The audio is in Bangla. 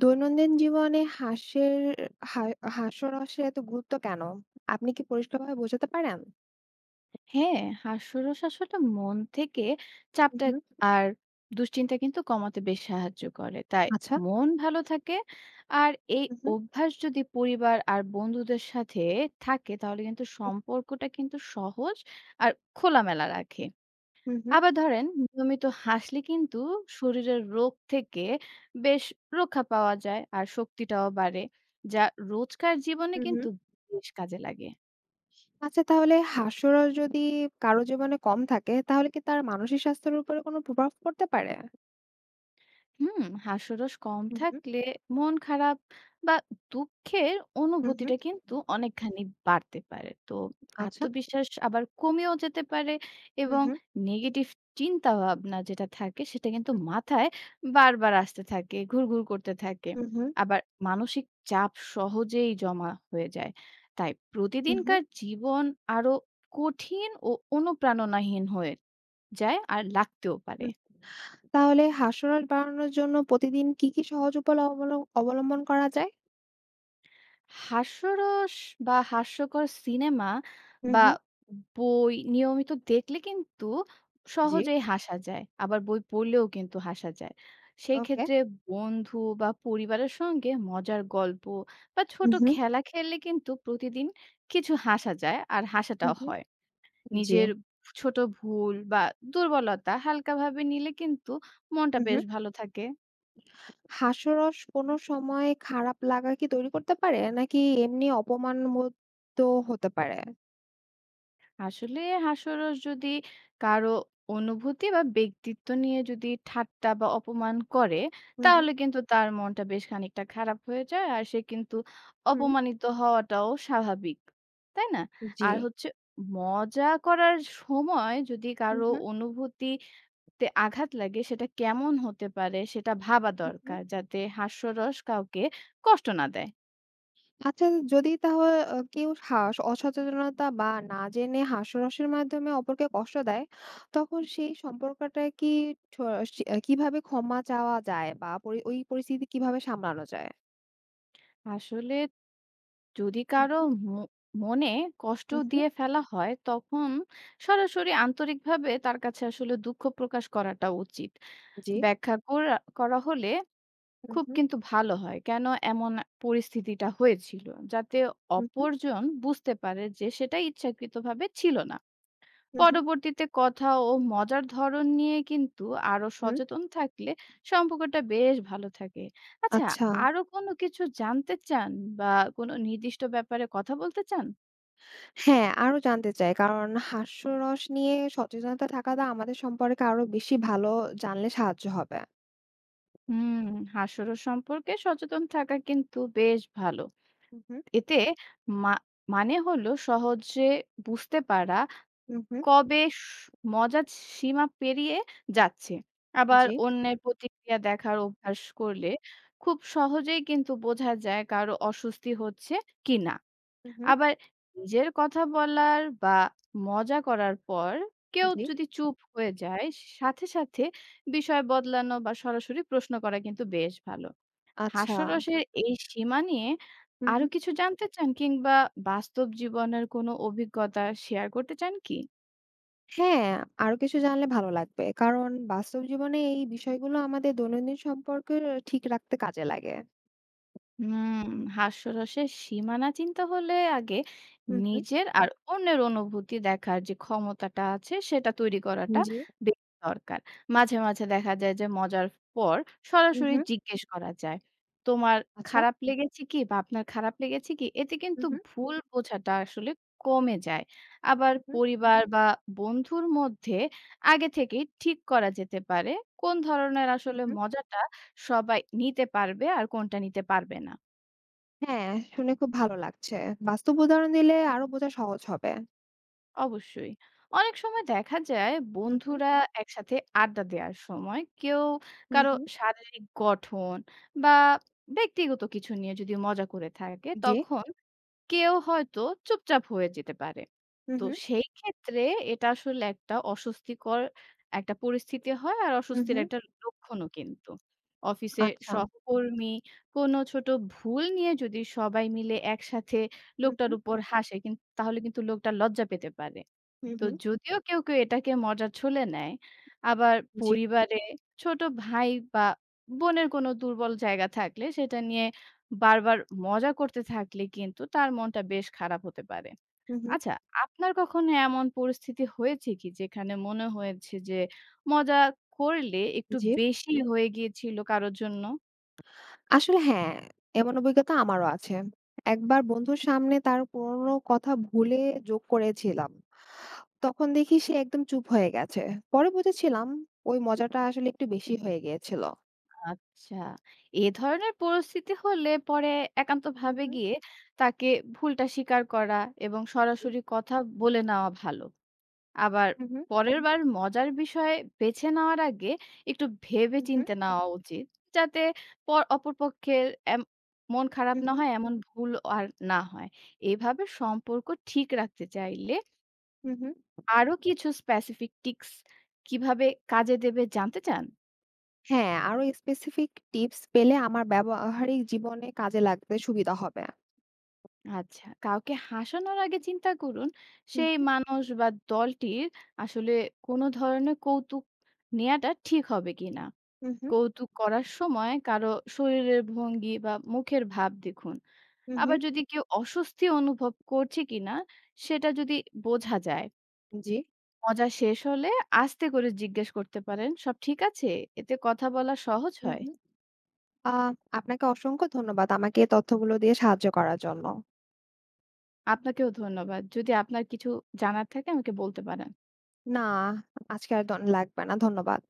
দৈনন্দিন জীবনে হাস্যের হা হাস্যরসের এত গুরুত্ব কেন? আপনি কি পরিষ্কারভাবে বোঝাতে পারেন? হ্যাঁ, হাস্যরস আসলে মন থেকে হু, চাপটা হু। আর দুশ্চিন্তা কিন্তু কমাতে বেশ সাহায্য করে। তাই আচ্ছা। মন ভালো থাকে আর এই হু, হু। অভ্যাস যদি পরিবার আর বন্ধুদের সাথে থাকে তাহলে কিন্তু সম্পর্কটা কিন্তু সহজ আর খোলামেলা রাখে। হু, হু। আবার ধরেন নিয়মিত হাসলে কিন্তু শরীরের রোগ থেকে বেশ রক্ষা পাওয়া যায় আর শক্তিটাও বাড়ে যা রোজকার জীবনে হু, হু। কিন্তু বেশ কাজে লাগে। আচ্ছা, তাহলে হাস্যরস যদি কারো জীবনে কম থাকে তাহলে কি তার মানসিক স্বাস্থ্যের উপরে কোনো প্রভাব পড়তে পারে? হুম, হাস্যরস কম হু, হু। থাকলে মন খারাপ বা দুঃখের হু, হু। অনুভূতিটা কিন্তু অনেকখানি বাড়তে পারে তো আচ্ছা। আত্মবিশ্বাস আবার কমেও যেতে পারে হু, এবং হু। নেগেটিভ চিন্তা ভাবনা যেটা থাকে সেটা কিন্তু হু, মাথায় বারবার আসতে থাকে, ঘুরঘুর করতে থাকে। হু। আবার মানসিক চাপ সহজেই জমা হয়ে যায়, তাই হু, হু। প্রতিদিনকার জীবন আরো কঠিন ও অনুপ্রেরণাহীন হয়ে যায় আর লাগতেও হু। পারে। তাহলে হাস্যরস বাড়ানোর জন্য প্রতিদিন কি, কি সহজ উপায় অবলম্বন করা যায়? হাস্যরস বা হাস্যকর সিনেমা হু, বা হু। বই নিয়মিত দেখলে কিন্তু জি। সহজেই হাসা যায়। আবার বই পড়লেও কিন্তু হাসা যায়। সেই ওকে। ক্ষেত্রে বন্ধু বা পরিবারের সঙ্গে মজার গল্প বা হু, ছোট হু। খেলা খেললে কিন্তু প্রতিদিন কিছু হাসা যায় আর হু, হাসাটাও হু। হয়। জি। নিজের ছোট ভুল বা দুর্বলতা হালকাভাবে নিলে কিন্তু মনটা হু, হু। বেশ ভালো থাকে। হাস্যরস কোনো সময় খারাপ লাগা কি তৈরি করতে পারে? নাকি এমনি অপমানবোধ তো হতে পারে? আসলে হাস্যরস যদি কারো অনুভূতি বা ব্যক্তিত্ব নিয়ে যদি ঠাট্টা বা অপমান করে হুম, হুম। তাহলে কিন্তু তার মনটা বেশ খানিকটা খারাপ হয়ে যায় আর সে কিন্তু হুম। অপমানিত হওয়াটাও স্বাভাবিক, তাই না? জি। আর হচ্ছে মজা করার সময় যদি হুম, কারো হুম। অনুভূতিতে আঘাত লাগে সেটা কেমন হতে পারে সেটা ভাবা হুম, হুম। দরকার, যাতে হাস্যরস কাউকে কষ্ট না দেয়। আচ্ছা, যদি তাহলে কেউ অসচেতনতা বা না জেনে হাস্যরসের মাধ্যমে অপরকে কষ্ট দেয়, তখন সেই সম্পর্কটা কি ঠ কিভাবে ক্ষমা চাওয়া যায় বা ওই পরিস্থিতি কিভাবে সামলানো যায়? আসলে যদি হুম, কারো হুম। ম- মনে কষ্ট হুম, হুম। দিয়ে ফেলা হয় তখন সরাসরি আন্তরিকভাবে তার কাছে আসলে দুঃখ প্রকাশ করাটা উচিত। জি। ব্যাখ্যা করা করা হলে হুম, খুব হুম। কিন্তু ভালো হয় কেন এমন পরিস্থিতিটা হয়েছিল, যাতে হুম, হুম। অপরজন বুঝতে পারে যে সেটা ইচ্ছাকৃতভাবে ছিল না। হুম, হুম। পরবর্তীতে কথা ও মজার ধরন নিয়ে কিন্তু আরো হুম। সচেতন থাকলে সম্পর্কটা বেশ ভালো থাকে। আচ্ছা, আচ্ছা। আরো কোনো কিছু জানতে চান বা কোনো নির্দিষ্ট ব্যাপারে কথা বলতে চান? হ্যাঁ, আরো জানতে চাই। কারণ হাস্যরস নিয়ে সচেতনতা থাকাটা আমাদের সম্পর্কে আরো বেশি ভালো জানলে সাহায্য হবে। হুম, হাস্যরস সম্পর্কে সচেতন থাকা কিন্তু বেশ ভালো। হু, হু, এতে মা মানে হলো সহজে বুঝতে পারা হু, হু। কবে মজার সীমা পেরিয়ে যাচ্ছে। আবার জি। অন্যের প্রতিক্রিয়া দেখার অভ্যাস করলে খুব সহজেই কিন্তু বোঝা যায় কারো অস্বস্তি হচ্ছে কিনা। হু, হু, আবার নিজের কথা বলার বা মজা করার পর কেউ জি। যদি চুপ হয়ে যায়, সাথে সাথে বিষয় বদলানো বা সরাসরি প্রশ্ন করা কিন্তু বেশ ভালো। আচ্ছা। হাস্যরসের এই সীমা নিয়ে হু, আরো হু। কিছু জানতে চান কিংবা বাস্তব জীবনের কোনো অভিজ্ঞতা শেয়ার করতে চান কি? হ্যাঁ, আরো কিছু জানলে ভালো লাগবে। কারণ বাস্তব জীবনে এই বিষয়গুলো আমাদের দৈনন্দিন সম্পর্ক ঠিক রাখতে কাজে লাগে। হুম, হাস্যরসের সীমানা চিন্তা হলে আগে হু, হু, নিজের আর অন্যের অনুভূতি দেখার যে ক্ষমতাটা আছে সেটা তৈরি করাটা জি। বেশ দরকার। মাঝে, মাঝে দেখা যায় যে মজার পর হু, সরাসরি হু। জিজ্ঞেস করা যায়, "তোমার আচ্ছা। খারাপ লেগেছে কি?" বা "আপনার খারাপ লেগেছে কি?" এতে হু, কিন্তু হু। ভুল বোঝাটা আসলে কমে যায়। আবার হু, হু, পরিবার বা বন্ধুর মধ্যে আগে থেকেই ঠিক করা যেতে পারে কোন ধরনের হু, আসলে হু। মজাটা সবাই নিতে পারবে আর কোনটা নিতে পারবে না। হ্যাঁ, শুনে খুব ভালো লাগছে। বাস্তব উদাহরণ দিলে আরো বোঝা সহজ হবে। অবশ্যই। অনেক সময় দেখা যায় হু, হু। বন্ধুরা একসাথে আড্ডা দেওয়ার সময় কেউ হু, কারো হু। শারীরিক গঠন বা ব্যক্তিগত কিছু নিয়ে যদি মজা করে থাকে জি। তখন কেউ হয়তো চুপচাপ হয়ে যেতে পারে। হু, তো হু। সেই ক্ষেত্রে এটা আসলে একটা অস্বস্তিকর একটা পরিস্থিতি হয় আর হু, অস্বস্তির হু। একটা লক্ষণও কিন্তু। অফিসে আচ্ছা। সহকর্মী কোনো ছোট ভুল নিয়ে যদি সবাই মিলে একসাথে হু, লোকটার হু। উপর হাসে কিন তাহলে কিন্তু লোকটা লজ্জা পেতে পারে। হু, তো হু। যদিও কেউ কেউ এটাকে মজার ছলে নেয়, আবার জি, পরিবারে ছোট ভাই বা বোনের কোনো দুর্বল জায়গা থাকলে সেটা নিয়ে বারবার মজা করতে থাকলে কিন্তু তার মনটা বেশ খারাপ হতে পারে। হু, হু। আচ্ছা, আপনার কখনো এমন পরিস্থিতি হয়েছে কি যেখানে মনে হয়েছে যে মজা করলে একটু জি। বেশি হয়ে গিয়েছিল কারো জন্য? আসলে হ্যাঁ, এমন অভিজ্ঞতা আমারও আছে। একবার বন্ধুর সামনে তার পুরনো কথা ভুলে যোগ করেছিলাম। তখন দেখি সে একদম চুপ হয়ে গেছে। পরে বুঝেছিলাম ওই মজাটা আসলে একটু বেশি হয়ে গিয়েছিল। আচ্ছা। এ ধরনের পরিস্থিতি হলে পরে হু, একান্তভাবে হু। গিয়ে তাকে ভুলটা স্বীকার করা এবং জি। সরাসরি কথা বলে নেওয়া ভালো। আবার হু, হু। পরেরবার মজার বিষয় বেছে নেওয়ার আগে একটু ভেবে হু, হু। চিন্তে নেওয়া উচিত। যাতে প অপরপক্ষের এম মন খারাপ হু, না হু। হয়, এমন ভুল আর না হয়। এভাবে সম্পর্ক ঠিক রাখতে চাইলে হু, হু। আরো কিছু স্পেসিফিক টিপস কিভাবে কাজে দেবে জানতে চান? হ্যাঁ, আরো স্পেসিফিক টিপস পেলে আমার ব্যবহারিক জীবনে কাজে লাগতে সুবিধা হবে। আচ্ছা, কাউকে হাসানোর আগে চিন্তা করুন, হু, সেই হু। মানুষ বা দলটির আসলে কোনো ধরনের কৌতুক নেয়াটা ঠিক হবে কিনা। হু, হু। কৌতুক করার সময় কারো শরীরের ভঙ্গি বা মুখের ভাব দেখুন। হু, হু। আবার যদি কেউ অস্বস্তি অনুভব করছে কিনা, সেটা যদি বোঝা যায়। জি। মজা শেষ হলে আস্তে করে জিজ্ঞেস করতে পারেন, "সব ঠিক আছে?" এতে কথা বলা সহজ হু, হয়। হু। আ আপনাকে অসংখ্য ধন্যবাদ আমাকে এই তথ্যগুলো দিয়ে সাহায্য করার জন্য। আপনাকেও ধন্যবাদ। যদি আপনার কিছু জানার থাকে আমাকে বলতে পারেন। না, আজকে আর লাগবে না। ধন্যবাদ।